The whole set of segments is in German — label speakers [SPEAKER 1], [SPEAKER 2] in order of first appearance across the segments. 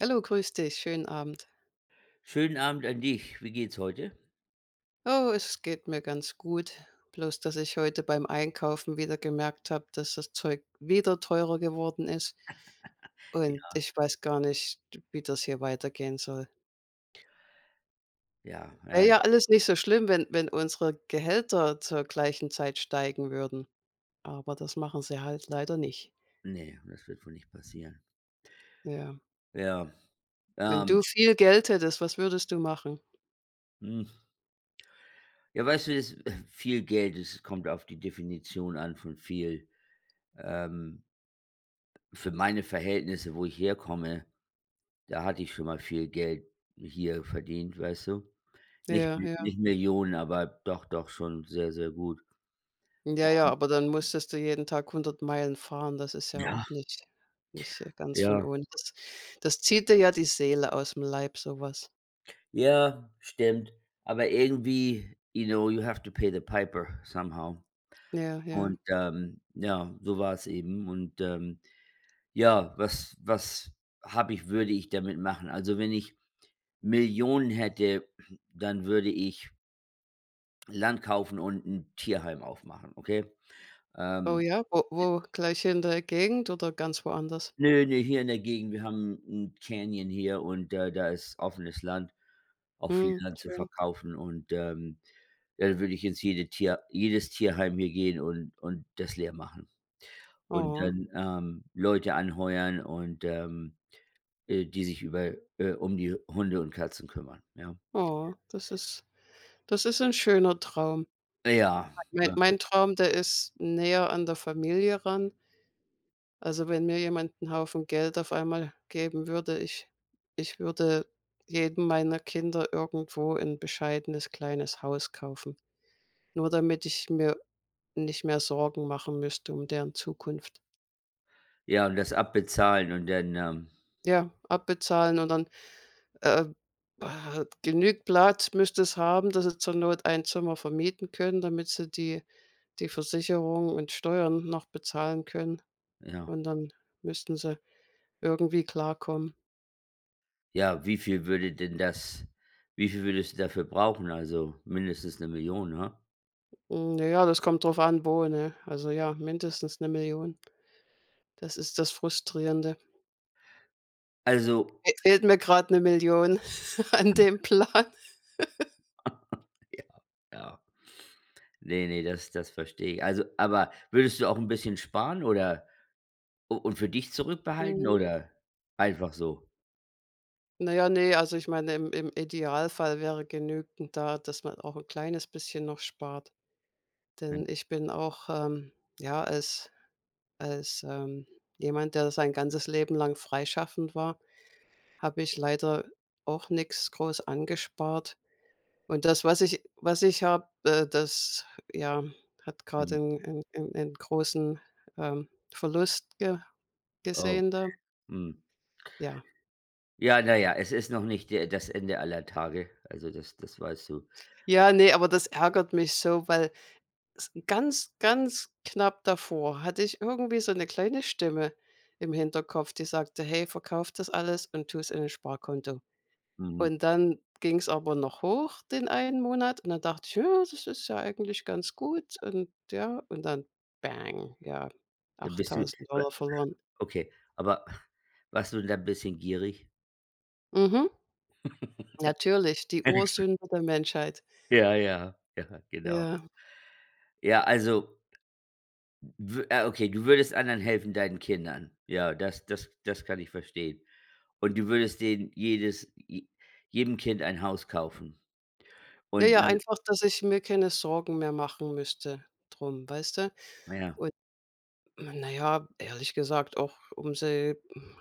[SPEAKER 1] Hallo, grüß dich, schönen Abend.
[SPEAKER 2] Schönen Abend an dich. Wie geht's heute?
[SPEAKER 1] Oh, es geht mir ganz gut. Bloß, dass ich heute beim Einkaufen wieder gemerkt habe, dass das Zeug wieder teurer geworden ist und
[SPEAKER 2] Ja,
[SPEAKER 1] ich weiß gar nicht, wie das hier weitergehen soll.
[SPEAKER 2] ja,
[SPEAKER 1] Wäre
[SPEAKER 2] ja, ich
[SPEAKER 1] ja alles nicht so schlimm, wenn unsere Gehälter zur gleichen Zeit steigen würden, aber das machen sie halt leider nicht.
[SPEAKER 2] ne, das wird wohl nicht passieren.
[SPEAKER 1] Ja.
[SPEAKER 2] Ja,
[SPEAKER 1] Wenn
[SPEAKER 2] ähm,
[SPEAKER 1] du viel Geld hättest, was würdest du machen?
[SPEAKER 2] hm, ja, weißt du, das viel Geld, es kommt auf die Definition an von viel. Ähm, für meine Verhältnisse, wo ich herkomme, da hatte ich schon mal viel Geld hier verdient, weißt du? Nicht
[SPEAKER 1] Ja, ja.
[SPEAKER 2] nicht Millionen, aber doch, doch schon sehr, sehr gut.
[SPEAKER 1] Ja, ja, aber dann musstest du jeden Tag 100 Meilen fahren. Das ist ja
[SPEAKER 2] Ja,
[SPEAKER 1] auch nicht ganz von
[SPEAKER 2] ja.
[SPEAKER 1] ohne. Das zieht dir ja die Seele aus dem Leib, sowas.
[SPEAKER 2] Ja, stimmt. Aber irgendwie, you know, you have to pay the piper somehow.
[SPEAKER 1] Ja, ja.
[SPEAKER 2] Und, ja, so war es eben und, ja, was habe ich würde ich damit machen? Also, wenn ich Millionen hätte, dann würde ich Land kaufen und ein Tierheim aufmachen, okay?
[SPEAKER 1] Oh
[SPEAKER 2] Ähm,
[SPEAKER 1] ja, wo gleich hier in der Gegend oder ganz woanders?
[SPEAKER 2] ne, ne, hier in der Gegend, wir haben ein Canyon hier und, da ist offenes Land, auch viel
[SPEAKER 1] Hm,
[SPEAKER 2] Land zu
[SPEAKER 1] schön.
[SPEAKER 2] verkaufen und, ja, dann würde ich ins jede Tier jedes Tierheim hier gehen und das leer machen und
[SPEAKER 1] Oh,
[SPEAKER 2] dann, Leute anheuern und, die sich über um die Hunde und Katzen kümmern, ja.
[SPEAKER 1] oh, das ist ein schöner Traum.
[SPEAKER 2] Ja,
[SPEAKER 1] Mein
[SPEAKER 2] ne?
[SPEAKER 1] mein Traum, der ist näher an der Familie ran. Also, wenn mir jemand 'n Haufen Geld auf einmal geben würde, ich würde jedem meiner Kinder irgendwo ein bescheidenes kleines Haus kaufen, nur damit ich mir nicht mehr Sorgen machen müsste um deren Zukunft.
[SPEAKER 2] Ja, und das abbezahlen und dann,
[SPEAKER 1] Ja, abbezahlen und dann, äh, genügend Platz müsste es haben, dass sie zur Not ein Zimmer vermieten können, damit sie die Versicherung und Steuern noch bezahlen können
[SPEAKER 2] ja.
[SPEAKER 1] und dann müssten sie irgendwie klarkommen.
[SPEAKER 2] Ja, wie viel würdest du dafür brauchen? Also, mindestens 1.000.000, ne?
[SPEAKER 1] Hm, na ja, das kommt drauf an, wo, ne? Also, ja, mindestens 'ne Million. Das ist das Frustrierende.
[SPEAKER 2] Also
[SPEAKER 1] Fe fehlt mir grad 'ne Million an dem Plan.
[SPEAKER 2] ja. Nee, nee, das verstehe ich. Also aber würdest du auch ein bisschen sparen oder u und für dich zurückbehalten
[SPEAKER 1] Mhm.
[SPEAKER 2] oder einfach so?
[SPEAKER 1] Na ja, ne, also ich meine, im Idealfall wäre genügend da, dass man auch 'n kleines bisschen noch spart.
[SPEAKER 2] Ja,
[SPEAKER 1] Denn ich bin auch, ja, als als, ähm, jemand, der sein ganzes Leben lang freischaffend war, habe ich leider auch nix groß angespart. Und das, was ich habe, das, ja, hat gerade
[SPEAKER 2] mhm.
[SPEAKER 1] einen 'n 'n großen, ähm, Verlust ge
[SPEAKER 2] Oh,
[SPEAKER 1] gesehen da.
[SPEAKER 2] mhm.
[SPEAKER 1] Ja.
[SPEAKER 2] Ja, na ja, es ist noch nicht der das Ende aller Tage, also das weißt du.
[SPEAKER 1] Ja, ne, aber das ärgert mich so, weil s ganz, ganz knapp davor hatte ich irgendwie so eine kleine Stimme im Hinterkopf, die sagte: „Hey, verkauf das alles und tu es in ein Sparkonto.“
[SPEAKER 2] Mhm.
[SPEAKER 1] Und dann ging es aber noch hoch den einen Monat und dann dachte ich: „Ja, das ist ja eigentlich ganz gut“, und ja, und dann bang, ja,
[SPEAKER 2] Dann bist du
[SPEAKER 1] 8.000 Dollar verloren.
[SPEAKER 2] okay, aber warst du da 'n bisschen gierig?
[SPEAKER 1] Mhm, natürlich, die Ursünde der Menschheit.
[SPEAKER 2] Ja, ja, ja, genau.
[SPEAKER 1] Ja.
[SPEAKER 2] Ja, also, okay, du würdest anderen helfen, deinen Kindern. Ja, das kann ich verstehen. Und du würdest denen jedes je jedem Kind ein Haus kaufen.
[SPEAKER 1] Ja,
[SPEAKER 2] Und
[SPEAKER 1] ja,
[SPEAKER 2] dann.
[SPEAKER 1] einfach, dass ich mir keine Sorgen mehr machen müsste drum, weißt du?
[SPEAKER 2] Ja,
[SPEAKER 1] Und na ja, ehrlich gesagt auch, um sie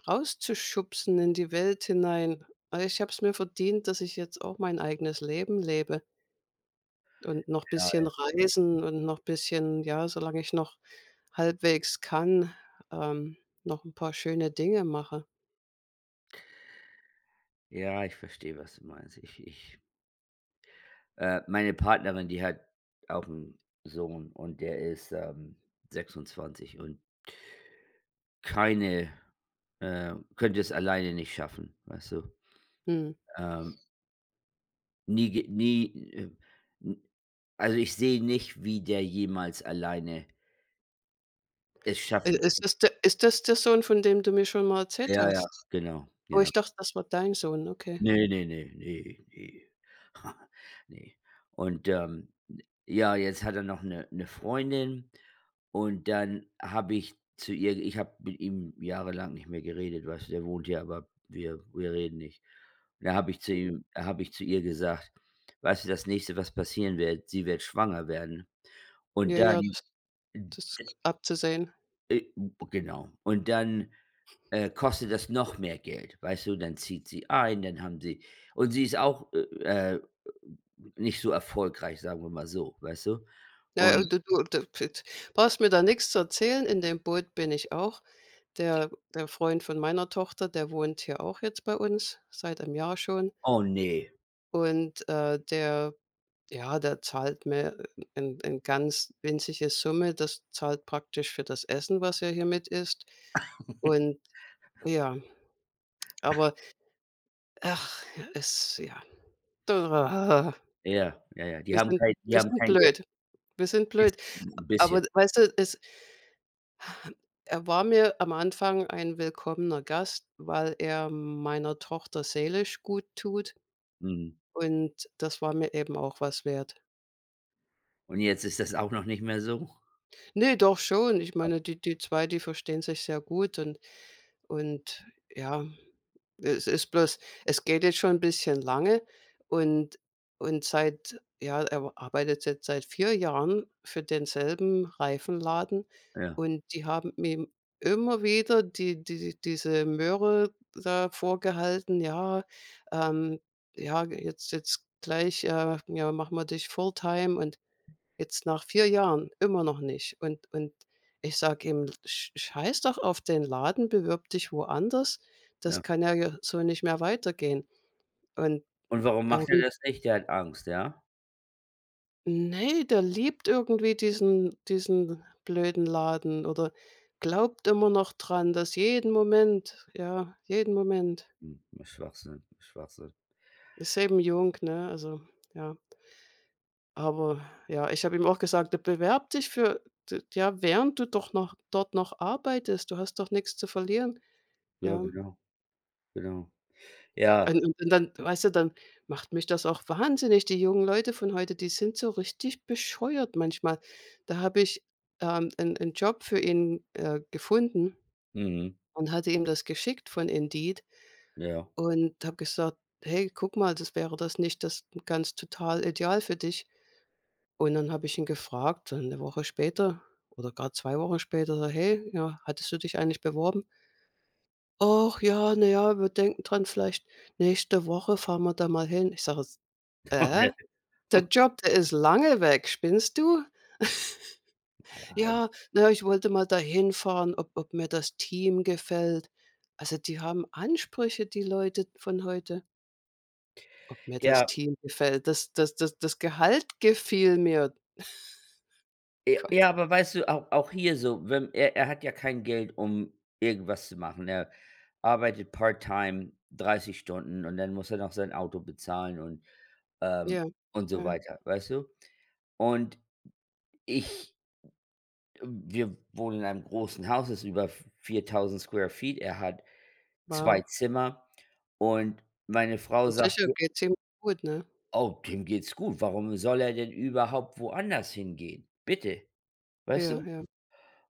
[SPEAKER 1] rauszuschubsen in die Welt hinein. Weil ich habe es mir verdient, dass ich jetzt auch mein eigenes Leben lebe. Und noch bisschen
[SPEAKER 2] ja,
[SPEAKER 1] reisen und noch bisschen ja, solange ich noch halbwegs kann, ähm, noch 'n paar schöne Dinge mache.
[SPEAKER 2] ja, ich verstehe, was du meinst. Ich ich Meine Partnerin, die hat auch 'n Sohn und der ist, 26 und keine könnte es alleine nicht schaffen, weißt du?
[SPEAKER 1] Mhm.
[SPEAKER 2] Ähm, Nie, äh, n also, ich sehe nicht, wie der jemals alleine es
[SPEAKER 1] I
[SPEAKER 2] schaffen
[SPEAKER 1] ist
[SPEAKER 2] könnte.
[SPEAKER 1] das de Ist das der Sohn, von dem du mir schon mal erzählt
[SPEAKER 2] Ja, ja,
[SPEAKER 1] hast?
[SPEAKER 2] genau,
[SPEAKER 1] Oh,
[SPEAKER 2] genau.
[SPEAKER 1] ich dachte, das war dein Sohn, okay.
[SPEAKER 2] Ne, ne, ne, ne, ne. Ne. Und, ja, jetzt hat er noch eine 'ne 'ne Freundin und dann habe ich zu ihr ich habe mit ihm jahrelang nicht mehr geredet, weißt du, der wohnt hier, aber wir reden nicht. Da habe ich zu ihr gesagt: „Weißt du, das Nächste, was passieren wird, sie wird schwanger werden." Und
[SPEAKER 1] Ja,
[SPEAKER 2] dann,
[SPEAKER 1] ja, das ist abzusehen.
[SPEAKER 2] äh, genau. Und dann kostet das noch mehr Geld, weißt du? Dann zieht sie ein, dann haben sie und sie ist auch, äh, nicht so erfolgreich, sagen wir mal so, weißt du?
[SPEAKER 1] Ja,
[SPEAKER 2] Und
[SPEAKER 1] ja, du du du fit brauchst mir da nix zu erzählen, in dem Boot bin ich auch. Der Freund von meiner Tochter, der wohnt hier auch jetzt bei uns, seit 'nem Jahr schon.
[SPEAKER 2] oh nee,
[SPEAKER 1] Und, der, ja, der zahlt mir eine 'n ganz winzige Summe. Das zahlt praktisch für das Essen, was er hier mit isst. Und ja, aber ach, es ja. da-
[SPEAKER 2] ja, ja, ja, die
[SPEAKER 1] Wir
[SPEAKER 2] haben
[SPEAKER 1] sind
[SPEAKER 2] kein die
[SPEAKER 1] wir
[SPEAKER 2] haben
[SPEAKER 1] sind
[SPEAKER 2] kein Geld,
[SPEAKER 1] blöd. Wir sind blöd.
[SPEAKER 2] ein bisschen.
[SPEAKER 1] Aber weißt du, es er war mir am Anfang ein willkommener Gast, weil er meiner Tochter seelisch gut tut,
[SPEAKER 2] Mhm.
[SPEAKER 1] und das war mir eben auch was wert.
[SPEAKER 2] Und jetzt ist das auch noch nicht mehr so?
[SPEAKER 1] Ne, doch schon. Ich
[SPEAKER 2] Krass,
[SPEAKER 1] meine, die 2, die verstehen sich sehr gut. Und ja, es ist bloß, es geht jetzt schon ein bisschen lange und seit ja, er arbeitet jetzt seit 4 Jahren für denselben Reifenladen
[SPEAKER 2] ja,
[SPEAKER 1] und die haben mir immer wieder diese Möhre da vorgehalten: „Ja, ähm, ja, jetzt gleich, ja, machen wir dich Fulltime.“ Und jetzt nach 4 Jahren immer noch nicht. Und ich sage ihm: „Sch scheiß doch auf den Laden, bewirb dich woanders. Das
[SPEAKER 2] ja.
[SPEAKER 1] kann ja ja so nicht mehr weitergehen.“ Und
[SPEAKER 2] Und warum macht er
[SPEAKER 1] irgend
[SPEAKER 2] das nicht? Der hat Angst, ja?
[SPEAKER 1] ne, der liebt irgendwie diesen blöden Laden oder glaubt immer noch dran, dass jeden Moment, ja, jeden Moment.
[SPEAKER 2] Hm, Schwachsinn, Schwachsinn.
[SPEAKER 1] Ist eben jung, ne? Also, ja. Aber ja, ich habe ihm auch gesagt: „Du bewerb dich für d ja, während du doch noch dort noch arbeitest. Du hast doch nichts zu verlieren.“
[SPEAKER 2] Ja,
[SPEAKER 1] Ja.
[SPEAKER 2] genau, genau. Ja,
[SPEAKER 1] Und dann weißt du, dann macht mich das auch wahnsinnig. Die jungen Leute von heute, die sind so richtig bescheuert manchmal. Da habe ich, 'n Job für ihn, gefunden
[SPEAKER 2] mhm,
[SPEAKER 1] und hatte ihm das geschickt von Indeed
[SPEAKER 2] ja.
[SPEAKER 1] und habe gesagt: „Hey, guck mal, das wäre das, nicht das ganz total ideal für dich?“ Und dann habe ich ihn gefragt, dann 'ne Woche später oder gerade 2 Wochen später so: „Hey, ja, hattest du dich eigentlich beworben?“ „Ach ja, na ja, wir denken dran, vielleicht nächste Woche fahren wir da mal hin.“ Ich sage: Äh, „Der Job, der ist lange weg, spinnst du?“ „Ja, na ja, ich wollte mal da hinfahren, ob mir das Team gefällt.“ Also, die haben Ansprüche, die Leute von heute. Ob mir das
[SPEAKER 2] Ja.
[SPEAKER 1] Team gefällt, das Gehalt gefiel mir.
[SPEAKER 2] J
[SPEAKER 1] Gott.
[SPEAKER 2] ja, aber weißt du, auch hier so, wenn er er hat ja kein Geld, um irgendwas zu machen. Er arbeitet part-time 30 Stunden und dann muss er noch sein Auto bezahlen und, ähm
[SPEAKER 1] Ja,
[SPEAKER 2] und so
[SPEAKER 1] ja,
[SPEAKER 2] weiter, weißt du? Und ich Wir wohnen in einem großen Haus, das ist über 4.000 Square Feet. Er hat
[SPEAKER 1] wow.
[SPEAKER 2] 2 Zimmer und meine Frau
[SPEAKER 1] Ja,
[SPEAKER 2] sagt
[SPEAKER 1] sicher,
[SPEAKER 2] mir:
[SPEAKER 1] geht's ihm gut, ne?
[SPEAKER 2] „Oh, dem geht's gut. Warum soll er denn überhaupt woanders hingehen? Bitte." Weißt
[SPEAKER 1] Ja,
[SPEAKER 2] du?
[SPEAKER 1] ja.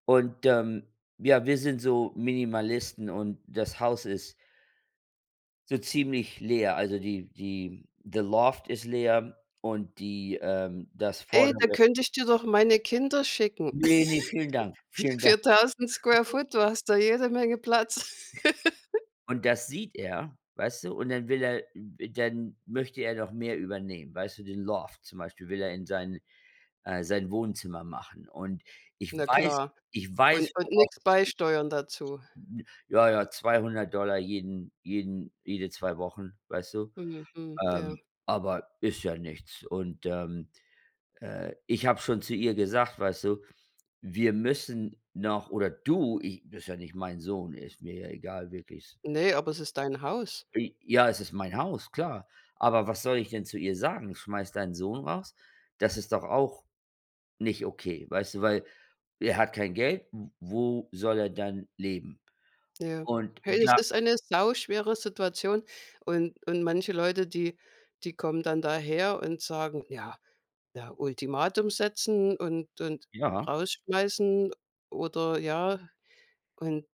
[SPEAKER 2] Und, ja, wir sind so Minimalisten und das Haus ist so ziemlich leer. Also, die the Loft ist leer und das
[SPEAKER 1] Ey, da
[SPEAKER 2] vordere.
[SPEAKER 1] könnte ich dir doch meine Kinder schicken.
[SPEAKER 2] Nee, ne, vielen Dank, vielen Dank.
[SPEAKER 1] 4.000 Square Foot, du hast da jede Menge Platz.
[SPEAKER 2] Und das sieht er, weißt du? Und dann will er dann möchte er noch mehr übernehmen, weißt du? Den Loft zum Beispiel will er in sein Wohnzimmer machen. Und ich
[SPEAKER 1] Na
[SPEAKER 2] weiß
[SPEAKER 1] klar.
[SPEAKER 2] ich weiß
[SPEAKER 1] Und
[SPEAKER 2] voraus,
[SPEAKER 1] nichts beisteuern dazu.
[SPEAKER 2] ja, ja, $200 jede 2 Wochen, weißt du?
[SPEAKER 1] Mhm, mhm, ja.
[SPEAKER 2] Ähm, aber ist ja nichts. Und, ich habe schon zu ihr gesagt, weißt du, wir müssen noch oder du, ich das ist ja nicht mein Sohn, ist mir ja egal, wirklich.
[SPEAKER 1] Ne, aber es ist dein Haus.
[SPEAKER 2] I Ja, es ist mein Haus, klar. Aber was soll ich denn zu ihr sagen? Schmeiß deinen Sohn raus? Das ist doch auch nicht okay, weißt du, weil er hat kein Geld, wo soll er dann leben?
[SPEAKER 1] Ja.
[SPEAKER 2] Und
[SPEAKER 1] Hey, es
[SPEAKER 2] da
[SPEAKER 1] ist eine sauschwere Situation, und manche Leute, die, die kommen dann daher und sagen: „Ja, ja, Ultimatum setzen und
[SPEAKER 2] ja.
[SPEAKER 1] rausschmeißen oder ja.“ Und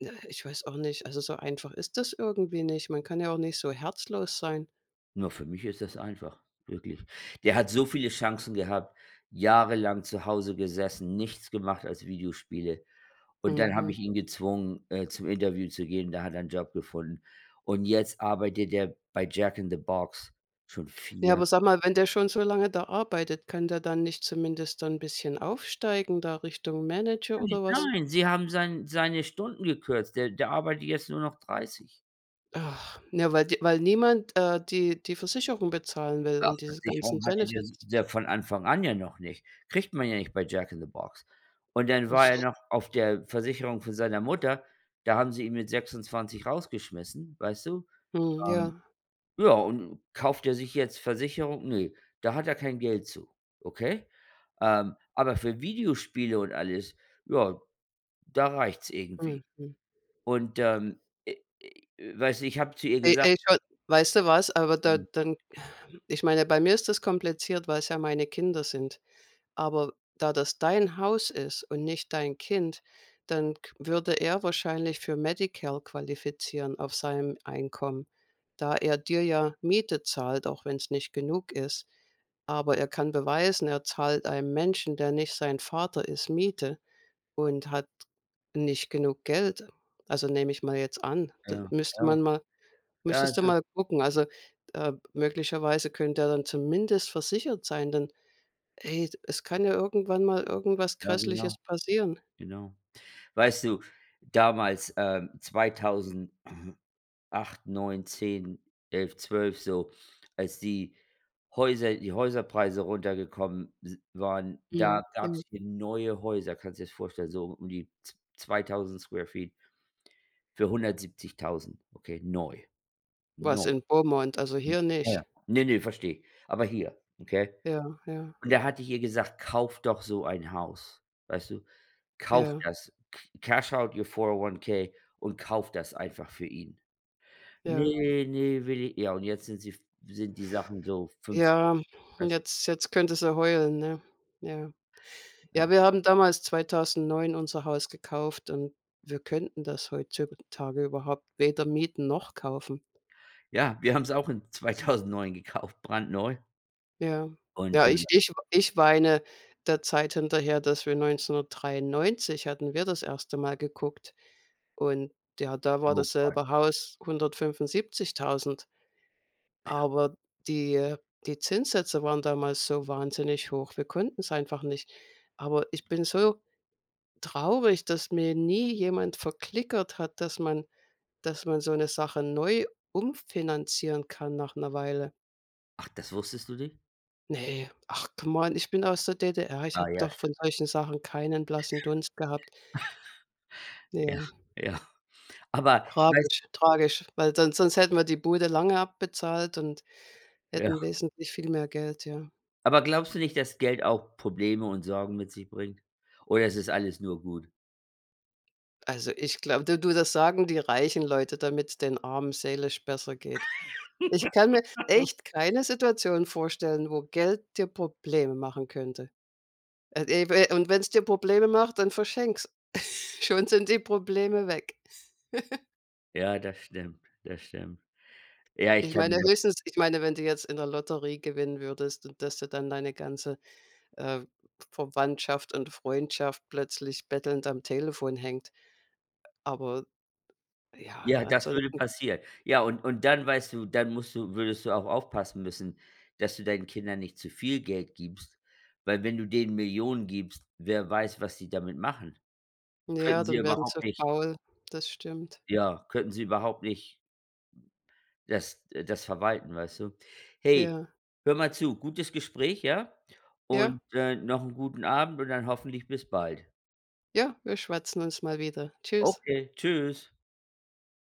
[SPEAKER 1] ja, ich weiß auch nicht, also, so einfach ist das irgendwie nicht. Man kann ja auch nicht so herzlos sein.
[SPEAKER 2] Nur für mich ist das einfach, wirklich. Der hat so viele Chancen gehabt, jahrelang zu Hause gesessen, nichts gemacht als Videospiele. Und dann habe
[SPEAKER 1] Mhm.
[SPEAKER 2] ich ihn gezwungen, zum Interview zu gehen, da hat er einen Job gefunden. Und jetzt arbeitet er bei Jack in the Box schon
[SPEAKER 1] Ne,
[SPEAKER 2] 4.
[SPEAKER 1] aber sag mal, wenn der schon so lange da arbeitet, kann der dann nicht zumindest dann 'n bisschen aufsteigen da Richtung Manager
[SPEAKER 2] Nein,
[SPEAKER 1] oder was?
[SPEAKER 2] nein, sie haben seine Stunden gekürzt. Der arbeitet jetzt nur noch 30.
[SPEAKER 1] Ach ja, weil die weil niemand, die Versicherung bezahlen will
[SPEAKER 2] Ach,
[SPEAKER 1] und diese
[SPEAKER 2] Versicherung
[SPEAKER 1] ganzen
[SPEAKER 2] hatte der s
[SPEAKER 1] Benefits.
[SPEAKER 2] ja von Anfang an ja noch nicht. Kriegt man ja nicht bei Jack in the Box. Und dann
[SPEAKER 1] Ach
[SPEAKER 2] war er
[SPEAKER 1] so.
[SPEAKER 2] noch auf der Versicherung von seiner Mutter, da haben sie ihn mit 26 rausgeschmissen, weißt du?
[SPEAKER 1] Mhm,
[SPEAKER 2] Ähm,
[SPEAKER 1] ja.
[SPEAKER 2] ja, und kauft er sich jetzt Versicherung? Ne, da hat er kein Geld zu, okay? Aber für Videospiele und alles, ja, da reicht's
[SPEAKER 1] Mhm,
[SPEAKER 2] irgendwie.
[SPEAKER 1] mhm.
[SPEAKER 2] Und, äh, weißt du, ich habe zu ihr gesagt
[SPEAKER 1] Schon, weißt du was? Aber da dann, ich meine, bei mir ist das kompliziert, weil es ja meine Kinder sind. Aber da das dein Haus ist und nicht dein Kind, dann k würde er wahrscheinlich für Medicare qualifizieren auf seinem Einkommen, da er dir ja Miete zahlt, auch wenn es nicht genug ist. Aber er kann beweisen, er zahlt einem Menschen, der nicht sein Vater ist, Miete und hat nicht genug Geld. Also, nehme ich mal jetzt an. D
[SPEAKER 2] ja,
[SPEAKER 1] müsste
[SPEAKER 2] ja,
[SPEAKER 1] man mal
[SPEAKER 2] ja,
[SPEAKER 1] müsstest du
[SPEAKER 2] es ist
[SPEAKER 1] mal gucken. Also, möglicherweise könnte er dann zumindest versichert sein, denn, ey, es kann ja irgendwann mal irgendwas
[SPEAKER 2] ja, genau,
[SPEAKER 1] Grässliches passieren.
[SPEAKER 2] genau. Weißt du, damals, 2008, 9, 10, 11, 12 so, als die Häuserpreise runtergekommen s waren,
[SPEAKER 1] Mhm,
[SPEAKER 2] da
[SPEAKER 1] ja.
[SPEAKER 2] gab es hier neue Häuser, kannst du dir das vorstellen, so um die z 2.000 Square Feet für 170.000, okay, neu,
[SPEAKER 1] Was,
[SPEAKER 2] neu.
[SPEAKER 1] in Beaumont, also hier
[SPEAKER 2] Ja, ja.
[SPEAKER 1] nicht.
[SPEAKER 2] Ne, ne, verstehe. Aber hier, okay?
[SPEAKER 1] Ja, ja,
[SPEAKER 2] Und da hatte ich ihr gesagt: „Kauf doch so ein Haus", weißt du? Kauf
[SPEAKER 1] ja,
[SPEAKER 2] das. C Cash out your 401 K und kauf das einfach für ihn.
[SPEAKER 1] ja.
[SPEAKER 2] Nee, nee, will i ja, und jetzt sind sie f sind die Sachen so 15,
[SPEAKER 1] Ja,
[SPEAKER 2] weißt
[SPEAKER 1] jetzt könnte sie heulen, ne? Ja. Ja,
[SPEAKER 2] ja.
[SPEAKER 1] wir haben damals 2009 unser Haus gekauft und wir könnten das heutzutage überhaupt weder mieten noch kaufen.
[SPEAKER 2] Ja, wir haben's auch in 2009 gekauft, brandneu.
[SPEAKER 1] Ja.
[SPEAKER 2] Und,
[SPEAKER 1] Ja, ich weine der Zeit hinterher, dass wir 1993 hatten wir das erste Mal geguckt und ja, da war
[SPEAKER 2] oh
[SPEAKER 1] dasselbe Haus 175.000, aber die die Zinssätze waren damals so wahnsinnig hoch. Wir konnten es einfach nicht. Aber ich bin so traurig, dass mir nie jemand verklickert hat, dass man so 'ne Sache neu umfinanzieren kann nach 'ner Weile.
[SPEAKER 2] ach, das wusstest du nicht?
[SPEAKER 1] Ne, ach come on, ich bin aus der DDR, ich
[SPEAKER 2] Ah
[SPEAKER 1] habe
[SPEAKER 2] ja,
[SPEAKER 1] doch von
[SPEAKER 2] st
[SPEAKER 1] solchen Sachen keinen blassen Dunst gehabt.
[SPEAKER 2] ja,
[SPEAKER 1] Ja,
[SPEAKER 2] ja. Aber weißt
[SPEAKER 1] tragisch, tragisch, weil sonst hätten wir die Bude lange abbezahlt und
[SPEAKER 2] ja.
[SPEAKER 1] hätten wesentlich viel mehr Geld, ja.
[SPEAKER 2] Aber glaubst du nicht, dass Geld auch Probleme und Sorgen mit sich bringt? Oder es ist alles nur gut?
[SPEAKER 1] Also, ich glaube, das sagen die reichen Leute, damit's den Armen seelisch besser geht. Ich kann mir echt keine Situation vorstellen, wo Geld dir Probleme machen könnte. E we Und wenn's dir Probleme macht, dann verschenk's. Schon sind die Probleme weg.
[SPEAKER 2] Ja, das stimmt, das stimmt. Ja, ich kann mir.
[SPEAKER 1] Ich meine, wenn du jetzt in der Lotterie gewinnen würdest und dass du dann deine ganze, äh, Verwandtschaft und Freundschaft plötzlich bettelnd am Telefon hängt. Aber ja,
[SPEAKER 2] Ja, das würde
[SPEAKER 1] ansonsten,
[SPEAKER 2] passieren. Ja, und dann weißt du, dann musst du würdest du auch aufpassen müssen, dass du deinen Kindern nicht zu viel Geld gibst, weil wenn du denen Millionen gibst, wer weiß, was die damit machen.
[SPEAKER 1] ja,
[SPEAKER 2] Könnten sie
[SPEAKER 1] dann werden sie
[SPEAKER 2] überhaupt nicht
[SPEAKER 1] faul. Das stimmt.
[SPEAKER 2] Ja, könnten sie überhaupt nicht das verwalten, weißt du? Hey,
[SPEAKER 1] Ja,
[SPEAKER 2] hör mal zu, gutes Gespräch, ja?
[SPEAKER 1] ja,
[SPEAKER 2] Und, noch einen guten Abend und dann hoffentlich bis bald.
[SPEAKER 1] ja, wir schwatzen uns mal wieder. Tschüss.
[SPEAKER 2] Okay, tschüss.